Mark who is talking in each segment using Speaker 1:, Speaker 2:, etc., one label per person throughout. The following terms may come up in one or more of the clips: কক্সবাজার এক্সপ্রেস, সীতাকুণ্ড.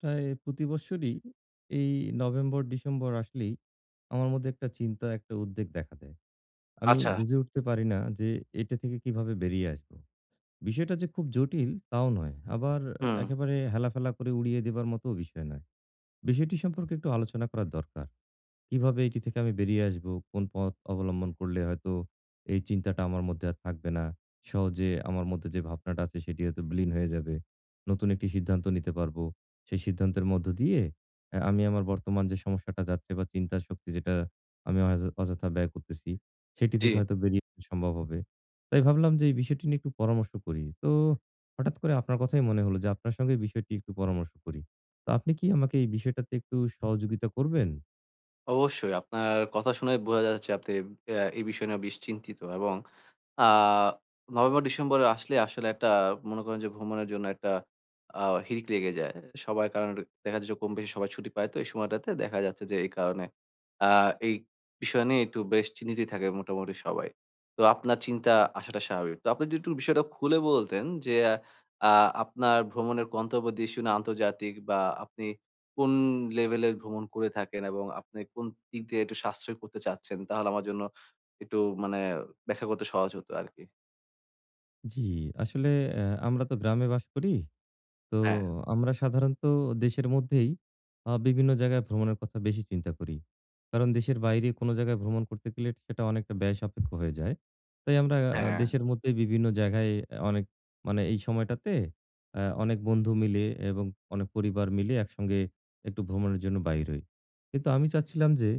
Speaker 1: প্রায় প্রতি বছরই এই November December আসলেই আমার মধ্যে একটা চিন্তা একটা উদ্বেগ দেখা দেয়। আমি
Speaker 2: আচ্ছা,
Speaker 1: বুঝে উঠতে পারি না যে এটা থেকে কিভাবে বেরিয়ে আসব। বিষয়টা যে খুব জটিল তাও নয়। আবার
Speaker 2: হুম,
Speaker 1: একেবারে হেলাফেলা করে উড়িয়ে দেবার মতো বিষয় নয়। বিষয়টি সম্পর্কে একটু আলোচনা করার দরকার। কিভাবে এটি থেকে আমি বেরিয়ে আসবো? কোন পথ অবলম্বন করলে হয়তো এই চিন্তাটা আমার মধ্যে আর থাকবে না। সহজে আমার মধ্যে যে ভাবনাটা আছে সেটি হয়তো বিলীন হয়ে যাবে। নতুন একটি সিদ্ধান্ত নিতে পারবো। সেই সিদ্ধান্তের মধ্য দিয়ে আমি আমার বর্তমান যে সমস্যাটা যাচ্ছে বা চিন্তার শক্তি যেটা আমি অযথা অযথা ব্যয় করতেছি, সেটি
Speaker 2: জি।
Speaker 1: থেকে হয়তো বেরিয়ে আসা সম্ভব হবে। তাই ভাবলাম যে এই বিষয়টি নিয়ে একটু পরামর্শ করি। তো হঠাৎ করে আপনার কথাই মনে হলো যে আপনার সঙ্গে এই বিষয়টি একটু পরামর্শ করি। তো আপনি কি আমাকে এই বিষয়টাতে একটু সহযোগিতা করবেন?
Speaker 2: অবশ্যই আপনার কথা শুনে বোঝা যাচ্ছে আপনি এই বিষয় নিয়ে বেশ চিন্তিত এবং আ নভেম্বর-ডিসেম্বরে আসলে আসলে একটা মনে করেন যে ভ্রমণের জন্য একটা আ হিড়িক লেগে যায়। সবাই কারণ দেখা যায় যে কম বেশি সবাই ছুটি পায়, তো এই সময়টাতে দেখা যাচ্ছে যে এই কারণে আ এই বিষয় নিয়ে একটু বেশ চিন্তিতই থাকে মোটামুটি সবাই। তো আপনার চিন্তা আসাটা স্বাভাবিক। তো আপনি যদি একটু বিষয়টা খুলে বলতেন যে আ আপনার ভ্রমণের গন্তব্য দেশ না আন্তর্জাতিক, বা আপনি কোন লেভেলের ভ্রমণ করে থাকেন এবং আপনি কোন দিক দিয়ে একটু সাশ্রয় করতে চাচ্ছেন, তাহলে আমার জন্য একটু মানে ব্যাখ্যা করতে সহজ হতো আরকি।
Speaker 1: জি, আসলে আমরা তো গ্রামে বাস করি। তো
Speaker 2: হ্যাঁ,
Speaker 1: আমরা সাধারণত দেশের মধ্যেই বিভিন্ন জায়গায় ভ্রমণের কথা বেশি চিন্তা করি। কারণ দেশের বাইরে কোনো জায়গায় ভ্রমণ করতে গেলে সেটা অনেকটা ব্যয়সাপেক্ষ হয়ে যায়। তাই আমরা
Speaker 2: হ্যাঁ।
Speaker 1: দেশের মধ্যে বিভিন্ন জায়গায় অনেক মানে এই সময়টাতে অনেক বন্ধু মিলে এবং অনেক পরিবার মিলে একসঙ্গে একটু ভ্রমণের জন্য বাইর হই। কিন্তু আমি চাচ্ছিলাম যে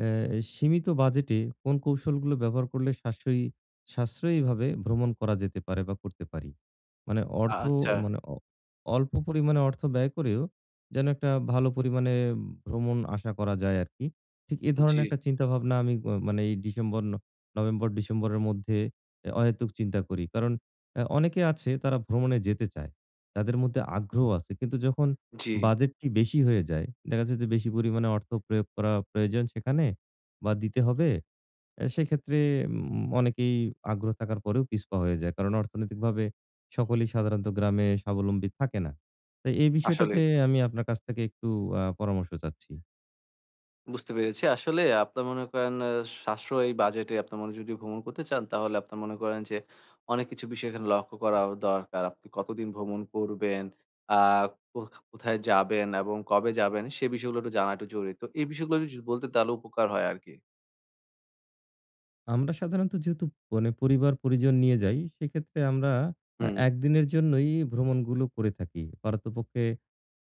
Speaker 1: সীমিত বাজেটে কোন কৌশলগুলো ব্যবহার করলে সাশ্রয়ীভাবে ভ্রমণ করা যেতে পারে বা করতে পারি? মানে অর্থ
Speaker 2: আচ্ছা।
Speaker 1: মানে অল্প পরিমাণে অর্থ ব্যয় করেও যেন একটা ভালো পরিমাণে ভ্রমণ আশা করা যায় আরকি। ঠিক এ
Speaker 2: জি,
Speaker 1: ধরনের একটা চিন্তাভাবনা আমি মানে এই ডিসেম্বর, ন নভেম্বর, ডিসেম্বরের মধ্যে অহেতুক চিন্তা করি। কারণ অনেকে আছে তারা ভ্রমণে যেতে চায়। তাদের মধ্যে আগ্রহ আছে। কিন্তু যখন
Speaker 2: জি।
Speaker 1: বাজেটটি বেশি হয়ে যায়, দেখা যাচ্ছে যে বেশি পরিমাণে অর্থ প্রয়োগ করা প্রয়োজন সেখানে বা দিতে হবে। সেক্ষেত্রে অনেকেই আগ্রহ থাকার পরেও পিছপা হয়ে যায়। কারণ অর্থনৈতিকভাবে সকলেই সাধারণত গ্রামে স্বাবলম্বী থাকে না। তো এই বিষয়টাতে
Speaker 2: আসলেই।
Speaker 1: আমি আপনার কাছ থেকে একটু পরামর্শ চাচ্ছি।
Speaker 2: বুঝতে পেরেছি। আসলে আপনার মনে করেন সাশ্রয়ী বাজেটে আপনার মনে যদি ভ্রমণ করতে চান, তাহলে আপনার মনে করেন যে অনেক কিছু বিষয় এখানে লক্ষ্য করা দরকার। আপনি কতদিন ভ্রমণ করবেন, আ কোথ কোথায় যাবেন এবং কবে যাবেন, সে বিষয়গুলো একটু জানা একটু জরুরি। তো এই বিষয়গুলো যদি বলতেন তাহলে উপকার হয় আরকি।
Speaker 1: আমরা সাধারণত যেহেতু মানে পরিবার-পরিজন নিয়ে যাই, সেক্ষেত্রে আমরা
Speaker 2: হুম,
Speaker 1: একদিনের জন্যই ভ্রমণগুলো করে থাকি। পারতপক্ষে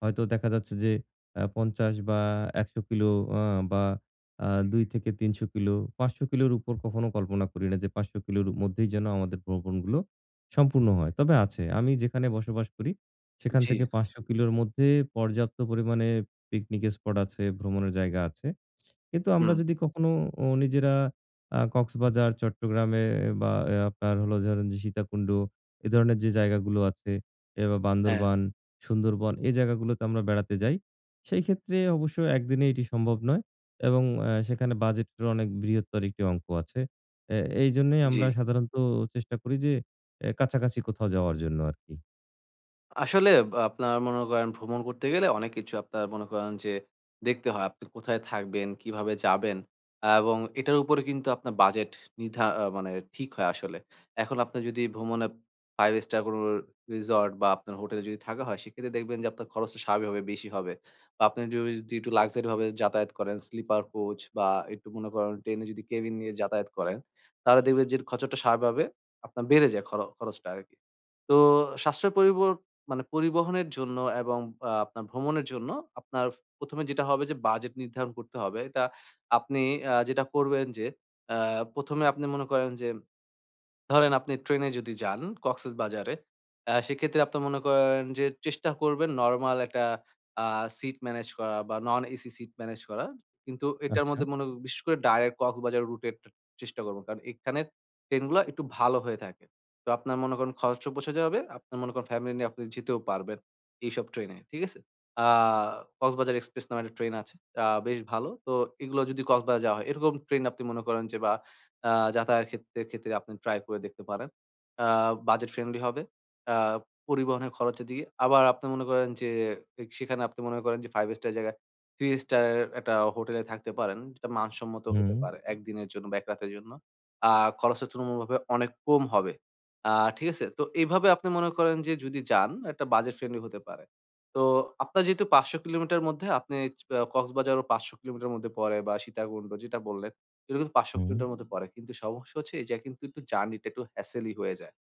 Speaker 1: হয়তো দেখা যাচ্ছে যে ৫০ বা ১০০ কিলো আ বা ২ থেকে ৩০০ কিলো, ৫০০ কিলোর উপর কখনো কল্পনা করি না যে ৫০০ কিলোর মধ্যেই যেন আমাদের ভ্রমণগুলো সম্পূর্ণ হয়। তবে আছে, আমি যেখানে বসবাস করি সেখান
Speaker 2: জি,
Speaker 1: থেকে ৫০০ কিলোর মধ্যে পর্যাপ্ত পরিমাণে পিকনিক স্পট আছে, ভ্রমণের জায়গা আছে। কিন্তু আমরা
Speaker 2: হুম,
Speaker 1: যদি কখনো নিজেরা কক্সবাজার, চট্টগ্রামে বা আপনার হলো ধরেন যে সীতাকুণ্ড, এ ধরনের যে জায়গাগুলো আছে বা
Speaker 2: হ্যাঁ,
Speaker 1: বান্দরবান, সুন্দরবন এই জায়গাগুলোতে আমরা বেড়াতে যাই। সেই ক্ষেত্রে অবশ্য একদিনে এটি সম্ভব নয় এবং সেখানে বাজেটের অনেক বৃহত্তর একটি অঙ্ক আছে। এ এইজন্যই
Speaker 2: জি।
Speaker 1: আমরা সাধারণত চেষ্টা করি যে কাছাকাছি কোথাও যাওয়ার জন্য আরকি।
Speaker 2: আসলে বা আপনার মনে করেন ভ্রমণ করতে গেলে অনেক কিছু আপনার মনে করেন যে দেখতে হয়। আপনি কোথায় থাকবেন, কিভাবে যাবেন, এবং এটার উপরে কিন্তু আপনার বাজেট নির্ধা আ মানে ঠিক হয় আসলে। এখন আপনি যদি ভ্রমণে 5 স্টার কোনো রিসর্ট বা আপনার হোটেলে যদি থাকা হয়, সেক্ষেত্রে দেখবেন যে আপনার খরচটা স্বাভাবিকভাবে বেশি হবে। বা আপনি যদি যদি একটু লাক্সারি ভাবে যাতায়াত করেন, স্লিপার কোচ বা একটু মনে করেন ট্রেনে যদি কেবিন নিয়ে যাতায়াত করেন, তাহলে দেখবেন যে খরচটা স্বাভাবিকভাবে আপনার বেড়ে যায় খরচটা আরকি। তো সাশ্রয় পরিব মানে পরিবহনের জন্য এবং আপনার ভ্রমণের জন্য আপনার ১ম এ যেটা হবে যে বাজেট নির্ধারণ করতে হবে। এটা আপনি যেটা করবেন যে আ ১ম এ আপনি মনে করেন যে ধরেন আপনি ট্রেনে যদি যান কক্সবাজারে, সেক্ষেত্রে আপনার মনে করেন যে চেষ্টা করবেন নরমাল একটা আ সিট ম্যানেজ করা বা নন এসি সিট ম্যানেজ করা। কিন্তু এটার
Speaker 1: আচ্ছা।
Speaker 2: মধ্যে মনে বিশেষ করে ডাইরেক্ট কক্সবাজার রুটের ট চেষ্টা করবেন। কারণ এখানের ট্রেনগুলা একটু ভালো হয়ে থাকে। তো আপনার মনে করেন খরচও পোঁছে যাবে। আপনার মনে করেন ফ্যামিলি নিয়ে আপনি যেতেও পারবেন এইসব ট্রেনে। ঠিক আছে? আ কক্সবাজার এক্সপ্রেস নামে একটা ট্রেন আছে। বেশ ভালো। তো এগুলো যদি কক্সবাজার যাওয়া হয়, এরকম ট্রেন আপনি মনে করেন যে বা আ যাতায়ার ক্ষেত্রে ক্ষেত্রে আপনি ট্রাই করে দেখতে পারেন। আ বাজেট ফ্রেন্ডলি হবে। আ পরিবহনের খরচের দিকে আবার আপনি মনে করেন যে এ সেখানে আপনি মনে করেন যে 5 স্টার জায়গায় 3 স্টার এর একটা হোটেলে থাকতে পারেন। যেটা মানসম্মত
Speaker 1: হুম,
Speaker 2: হতে পারে ১ দিনের জন্য বা ১ রাতের জন্য। আ খরচটা তুলনামূলকভাবে অনেক কম হবে। ঠিক আছে? তো এইভাবে আপনি মনে করেন যে যদি যান, একটা বাজেট ফ্রেন্ডলি হতে পারে। তো আপনার যেহেতু ৫০০ কিলোমিটার মধ্যে আপনি চ আ কক্সবাজারও ৫০০ কিলোমিটার মধ্যে পড়ে, বা সীতাকুণ্ড যেটা বললেন এটা কিন্তু ৫০০
Speaker 1: হুম,
Speaker 2: কিলোমিটার মধ্যে পড়ে। কিন্তু সমস্যা হচ্ছে এই যে কিন্তু একটু জার্নিটা একটু হ্যাসেলই হয়ে যায়।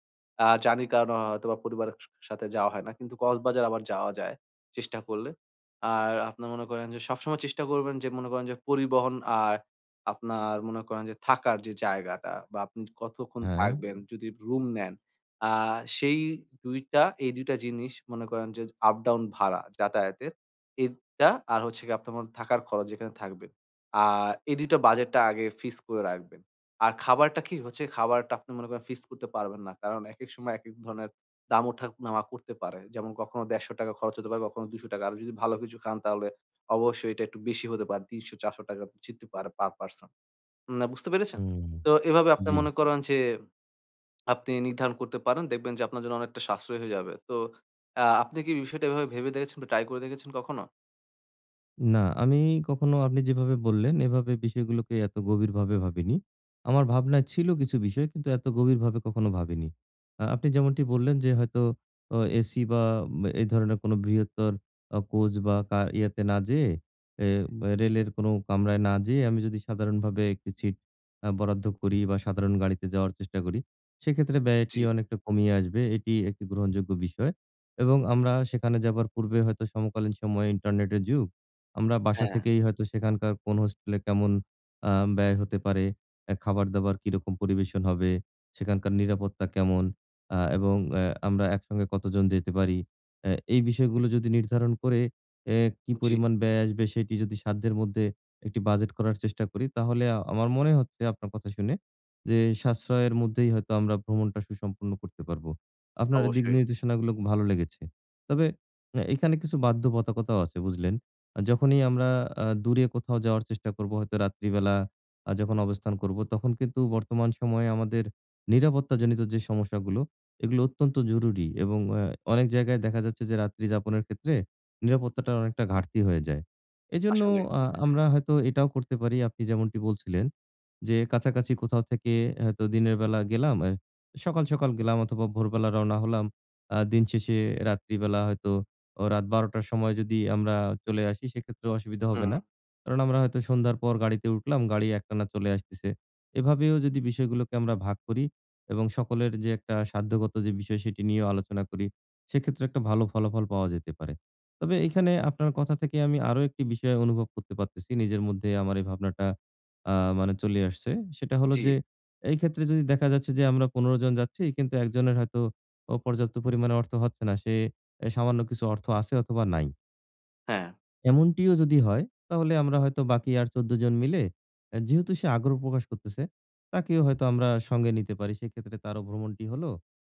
Speaker 2: জার্নির কারণে হয়তোবা পরিবারের সাথে যাওয়া হয় না। কিন্তু কক্সবাজার আবার যাওয়া যায় চেষ্টা করলে। আর আপনার মনে করেন যে সবসময় চেষ্টা করবেন যে মনে করেন যে পরিবহন আর আপনার মনে করেন যে থাকার যে জায়গাটা, বা আপনি কতক্ষণ
Speaker 1: হ্যাঁ।
Speaker 2: থাকবেন যদি রুম নেন, আ সেই ২ টা জিনিস মনে করেন যে আপ ডাউন ভাড়া যাতায়াতের এটা, আর হচ্ছে গিয়ে আপনার মনে থাকার খরচ যেখানে থাকবেন। আ এই ২ টা বাজেটটা আগে ফিক্স করে রাখবেন। আর খাবারটা কি হচ্ছে, খাবারটা আপনি মনে করেন ফিক্স করতে পারবেন না। কারণ একেক সময় একেক ধরনের দাম ওঠা-নামা করতে পারে। যেমন কখনো ৳১৫০ টাকা খরচ হতে পারে, কখনো ৳২০০ টাকা, আর যদি ভালো কিছু খান তাহলে অবশ্যই এটা একটু বেশি হতে পারে। ৳৩০০ টাকা-৳৪০০ টাকা যেতে পারে পার পারসন। না বুঝতে পেরেছেন?
Speaker 1: হুম,
Speaker 2: তো এভাবে আপনি
Speaker 1: জি।
Speaker 2: মনে করেন যে আপনি নির্ধারণ করতে পারেন। দেখবেন যে আপনার জন্য অনেকটা সাশ্রয় হয়ে যাবে। তো আপনি কি বিষয়টা এভাবে ভেবে দেখেছেন বা ট্রাই করে দেখেছেন কখনো?
Speaker 1: না, আমি কখনো আপনি যেভাবে বললেন এভাবে বিষয়গুলোকে এত গভীরভাবে ভাবিনি। আমার ভাবনায় ছিল কিছু বিষয় কিন্তু এত গভীরভাবে কখনো ভাবিনি। আপনি যেমনটি বললেন যে হয়তো এসি বা এই ধরনের কোনো বৃহত্তর কোচ বা ইয়াতে না যেয়ে এ রেলের কোনো কামরায় না যেয়ে আমি যদি সাধারণভাবে একটি সিট বরাদ্দ করি বা সাধারণ গাড়িতে যাওয়ার চেষ্টা করি, সেক্ষেত্রে
Speaker 2: জি,
Speaker 1: ব্যয়টি অনেকটা কমিয়ে আসবে। এটি একটি গ্রহণযোগ্য বিষয় এবং আমরা সেখানে যাবার পূর্বে হয়তো সমকালীন সময়ে ইন্টারনেটের যুগ। আমরা বাসা
Speaker 2: হ্যাঁ,
Speaker 1: থেকেই হয়তো সেখানকার কোন হোস্টেলে কেমন আ ব্যয় হতে পারে, খাবার-দাবার কিরকম পরিবেশন হবে, সেখানকার নিরাপত্তা কেমন এবং আমরা একসঙ্গে কতজন যেতে পারি। এই বিষয়গুলো যদি নির্ধারণ করে অ্যা কি
Speaker 2: জি,
Speaker 1: পরিমাণ ব্যয় আসবে সেটি যদি সাধ্যের মধ্যে একটি বাজেট করার চেষ্টা করি, তাহলে আমার মনে হচ্ছে আপনার কথা শুনে যে সাশ্রয়ের মধ্যেই হয়তো আমরা ভ্রমণটা সুসম্পন্ন করতে পারবো। আপনার এই দিক
Speaker 2: অবশ্যই।
Speaker 1: নির্দেশনাগুলো ভালো লেগেছে। তবে এখানে কিছু বাধ্যবাধকতাও আছে বুঝলেন? যখনই আমরা দূরে কোথাও যাওয়ার চেষ্টা করব, হয়তো রাত্রিবেলা যখন অবস্থান করব, তখন কিন্তু বর্তমান সময়ে আমাদের নিরাপত্তাজনিত যে সমস্যাগুলো, এগুলো অত্যন্ত জরুরি এবং অনেক জায়গায় দেখা যাচ্ছে যে রাত্রি যাপনের ক্ষেত্রে নিরাপত্তাটার অনেকটা ঘাটতি হয়ে যায়। এজন্য
Speaker 2: আসলেই।
Speaker 1: আমরা হয়তো এটাও করতে পারি আপনি যেমনটি বলছিলেন যে, কাছাকাছি কোথাও থেকে হয়তো দিনের বেলা গেলাম, সকাল, সকাল গেলাম অথবা ভোরবেলা রওনা হলাম। দিন শেষে রাত্রিবেলা হয়তো রাত ১২:০০ র সময় যদি আমরা চলে আসি সেক্ষেত্রেও অসুবিধা হবে
Speaker 2: হুম,
Speaker 1: না। কারণ আমরা হয়তো সন্ধ্যার পর গাড়িতে উঠলাম, গাড়ি একটানা চলে আসতেছে। এভাবেও যদি বিষয়গুলোকে আমরা ভাগ করি এবং সকলের যে একটা সাধ্যগত যে বিষয় সেটি নিয়েও আলোচনা করি, সেক্ষেত্রে একটা ভালো ফলাফল পাওয়া যেতে পারে। তবে এখানে আপনার কথা থেকে আমি আরো একটি বিষয় অনুভব করতে পারতেছি। নিজের মধ্যে আমার এই ভাবনাটা আ মানে চলে আসছে। সেটা হলো
Speaker 2: জি।
Speaker 1: যে এই ক্ষেত্রে যদি দেখা যাচ্ছে যে আমরা ১৫ জন যাচ্ছি কিন্তু একজনের হয়তো পর্যাপ্ত পরিমাণে অর্থ হচ্ছে না। সে সামান্য কিছু অর্থ আছে অথবা নাই।
Speaker 2: হ্যাঁ,
Speaker 1: এমনটিও যদি হয় তাহলে আমরা হয়তো বাকি আর ১৪ জন মিলে যেহেতু সে আগ্রহ প্রকাশ করতেছে, তাকেও হয়তো আমরা সঙ্গে নিতে পারি। সেক্ষেত্রে তারও ভ্রমণটি হলো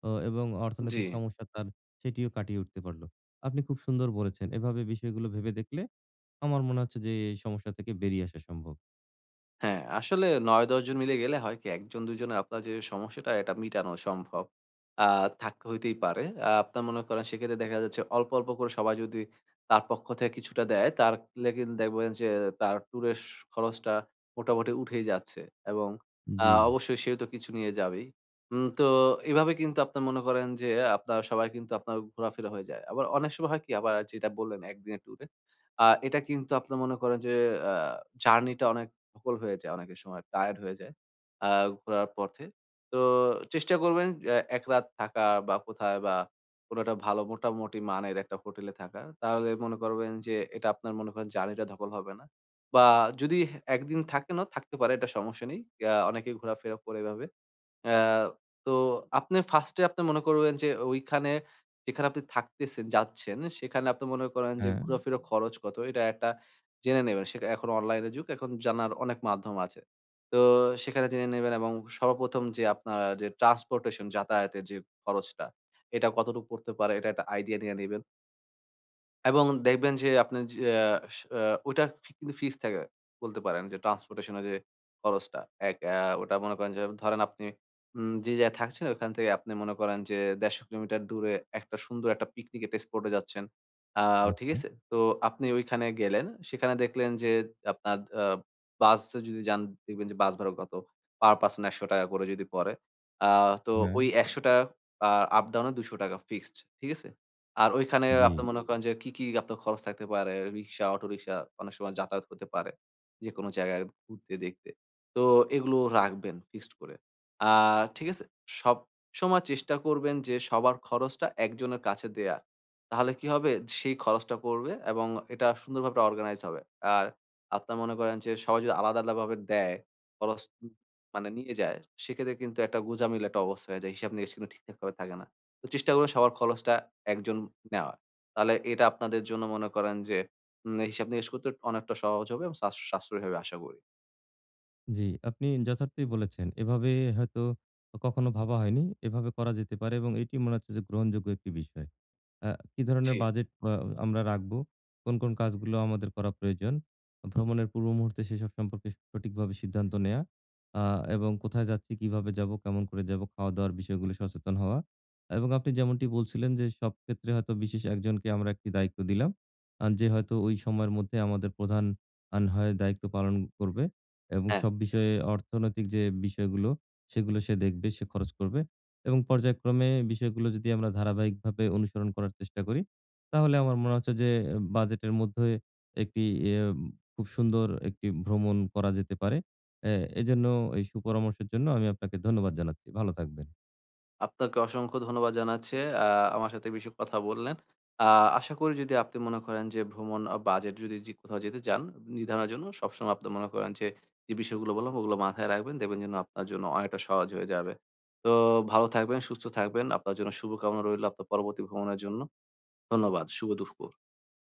Speaker 1: এবং
Speaker 2: জি।
Speaker 1: অর্থনৈতিক সমস্যা তার সেটিও কাটিয়ে উঠতে পারল। আপনি খুব সুন্দর বলেছেন। এভাবে বিষয়গুলো ভেবে দেখলে আমার মনে হচ্ছে যে এই সমস্যা থেকে বেরিয়ে আসা সম্ভব।
Speaker 2: হ্যাঁ, আসলে ৯-১০ জন মিলে গেলে হয় কি ১ জন ২ জনের আপনার যে সমস্যাটা এটা মিটানো সম্ভব। আ থাকতে হইতেই পারে। আপনার মনে করেন সেক্ষেত্রে দেখা যাচ্ছে অল্প করে সবাই যদি তার পক্ষ থেকে কিছুটা দেয়, তাহলে কিন্তু দেখবেন যে তার ট্যুরের স খরচটা মোটামুটি উঠেই যাচ্ছে এবং
Speaker 1: জি।
Speaker 2: অবশ্যই সেও তো কিছু নিয়ে যাবেই। তো এভাবে কিন্তু আপনার মনে করেন যে আপনার সবাই কিন্তু আপনার ঘোরাফেরা হয়ে যায়। আবার অনেক সময় হয় কি, আবার যেটা বললেন ১ দিনের ট্যুরে, এটা কিন্তু আপনার মনে করেন যে আ জার্নিটা অনেক ধকল হয়ে যায় অনেকের, সময় টায়ার্ড হয়ে যায় আ ঘোরার পথে। তো চেষ্টা করবেন ১ রাত থাকা বা কোথায় বা কোনো একটা ভালো মোটামুটি মানের একটা হোটেলে থাকা। তাহলে মনে করবেন যে এটা আপনার মনে করেন জার্নিটা ধকল হবে না। বা যদি ১ দিন থাকেনও, থাকতে পারে, এটা সমস্যা নেই। অনেকেই ঘোরাফেরা করে এভাবে। আ তো আপনি 1st এ আপনি মনে করবেন যে ওইখানে যেখানে আপনি থাকতেছেন, যাচ্ছেন, সেখানে আপনি মনে করেন যে
Speaker 1: হ্যাঁ,
Speaker 2: ঘোরাফেরা খরচ কত? এটা একটা জেনে নেবেন। সেটা এখন অনলাইনের যুগ, এখন জানার অনেক মাধ্যম আছে। তো সেখানে জেনে নেবেন, এবং সর্বপ্রথম যে আপনার যে ট্রান্সপোর্টেশন যাতায়াতের যে খরচটা, এটা কতটুকু পড়তে পারে, এটা একটা আইডিয়া নিয়ে নিবেন। এবং দেখবেন যে আপনার যে আ স আ ওটা ফি কিন্তু ফিক্সড থাকে। বলতে পারেন যে ট্রান্সপোর্টেশন এর যে খরচটা এক আ ওটা মনে করেন যে ধরেন আপনি যে জায়গায় থাকছেন ওখান থেকে আপনি মনে করেন যে ১৫০ কিলোমিটার দূরে একটা সুন্দর একটা পিকনিক একটা স্পট এ যাচ্ছেন। আ ঠিক
Speaker 1: আচ্ছা।
Speaker 2: আছে? তো আপনি ওইখানে গেলেন। সেখানে দেখলেন যে আপনার বাসে যদি যান, দেখবেন যে বাস ভাড়া কত? পার পারসন ৳১০০ টাকা করে যদি পড়ে। আ তো
Speaker 1: হ্যাঁ।
Speaker 2: ওই ৳১০০ টাকা আ আপ ডাউন এ ৳২০০ টাকা ফিক্সড। ঠিক আছে? আর ওইখানে
Speaker 1: জি,
Speaker 2: আপনি মনে করেন যে কি কি আপনার খরচ থাকতে পারে? রিক্সা, অটোরিক্সা অনেক সময় যাতায়াত হতে পারে যেকোনো জায়গায় ঘুরতে, দেখতে। তো এগুলো রাখবেন ফিক্সড করে। আর ঠিক আছে? সবসময় চেষ্টা করবেন যে সবার খরচটা একজনের কাছে দেয়ার। তাহলে কি হবে? সেই খরচটা করবে এবং এটা সুন্দরভাবে অর্গানাইজ হবে। আর আপনার মনে করেন যে সবাই যদি আলাদাভাবে দেয়, খরচ মানে নিয়ে যায়, সেক্ষেত্রে কিন্তু একটা গোঁজামিল একটা অবস্থা হয়ে যায়। হিসাব-নিকাশ কিন্তু ঠিকঠাকভাবে থাকে না। তো চেষ্টা করবেন সবার খরচটা একজন নেওয়ার। তাহলে এটা আপনাদের জন্য মনে করেন যে হিসাব-নিকাশ করতে অনেকটা সহজ হবে এবং সাশ্রয়ী হবে আশা করি।
Speaker 1: জি। আপনি যথার্থই বলেছেন। এভাবে হয়তো কখনো ভাবা হয়নি। এভাবে করা যেতে পারে এবং এটি মনে হচ্ছে যে গ্রহণযোগ্য একটি বিষয়। আ কি ধরনের
Speaker 2: জি।
Speaker 1: বাজেট আমরা রাখবো? কোন, কোন কাজগুলো আমাদের করা প্রয়োজন? ভ্রমণের পূর্ব মুহূর্তে সেসব সম্পর্কে সঠিকভাবে সিদ্ধান্ত নেয়া আ এবং কোথায় যাচ্ছি, কিভাবে যাবো, কেমন করে যাবো, খাওয়া-দাওয়ার বিষয়গুলো সচেতন হওয়া এবং আপনি যেমনটি বলছিলেন যে, সব ক্ষেত্রে হয়তো বিশেষ একজনকে আমরা একটি দায়িত্ব দিলাম। যে হয়তো ওই সময়ের মধ্যে আমাদের প্রধান হয় দায়িত্ব পালন করবে এবং
Speaker 2: হ্যাঁ,
Speaker 1: সব বিষয়ে অর্থনৈতিক যে বিষয়গুলো, সেগুলো সে দেখবে, সে খরচ করবে। এবং পর্যায়ক্রমে বিষয়গুলো যদি আমরা ধারাবাহিকভাবে অনুসরণ করার চেষ্টা করি, তাহলে আমার মনে হচ্ছে যে বাজেটের মধ্যে একটি খুব সুন্দর একটি ভ্রমণ করা যেতে পারে। অ্যা এজন্য এই সুপরামর্শের জন্য আমি আপনাকে ধন্যবাদ জানাচ্ছি। ভালো থাকবেন।
Speaker 2: আপনাকে অসংখ্য ধন্যবাদ জানাচ্ছি। আ আমার সাথে এই বিষয়ে কথা বললেন। আ আশা করি যদি আপনি মনে করেন যে ভ্রমণ বাজেট যদি যে কোথাও যেতে চান, নির্ধারণের জন্য সবসময় আপনি মনে করেন যে যে বিষয়গুলো বললাম, ওগুলো মাথায় রাখবেন। দেখবেন যেন আপনার জন্য অনেকটা সহজ হয়ে যাবে। তো ভালো থাকবেন, সুস্থ থাকবেন। আপনার জন্য শুভকামনা রইল আপনার পরবর্তী ভ্রমণের জন্য। ধন্যবাদ। শুভ দুপুর।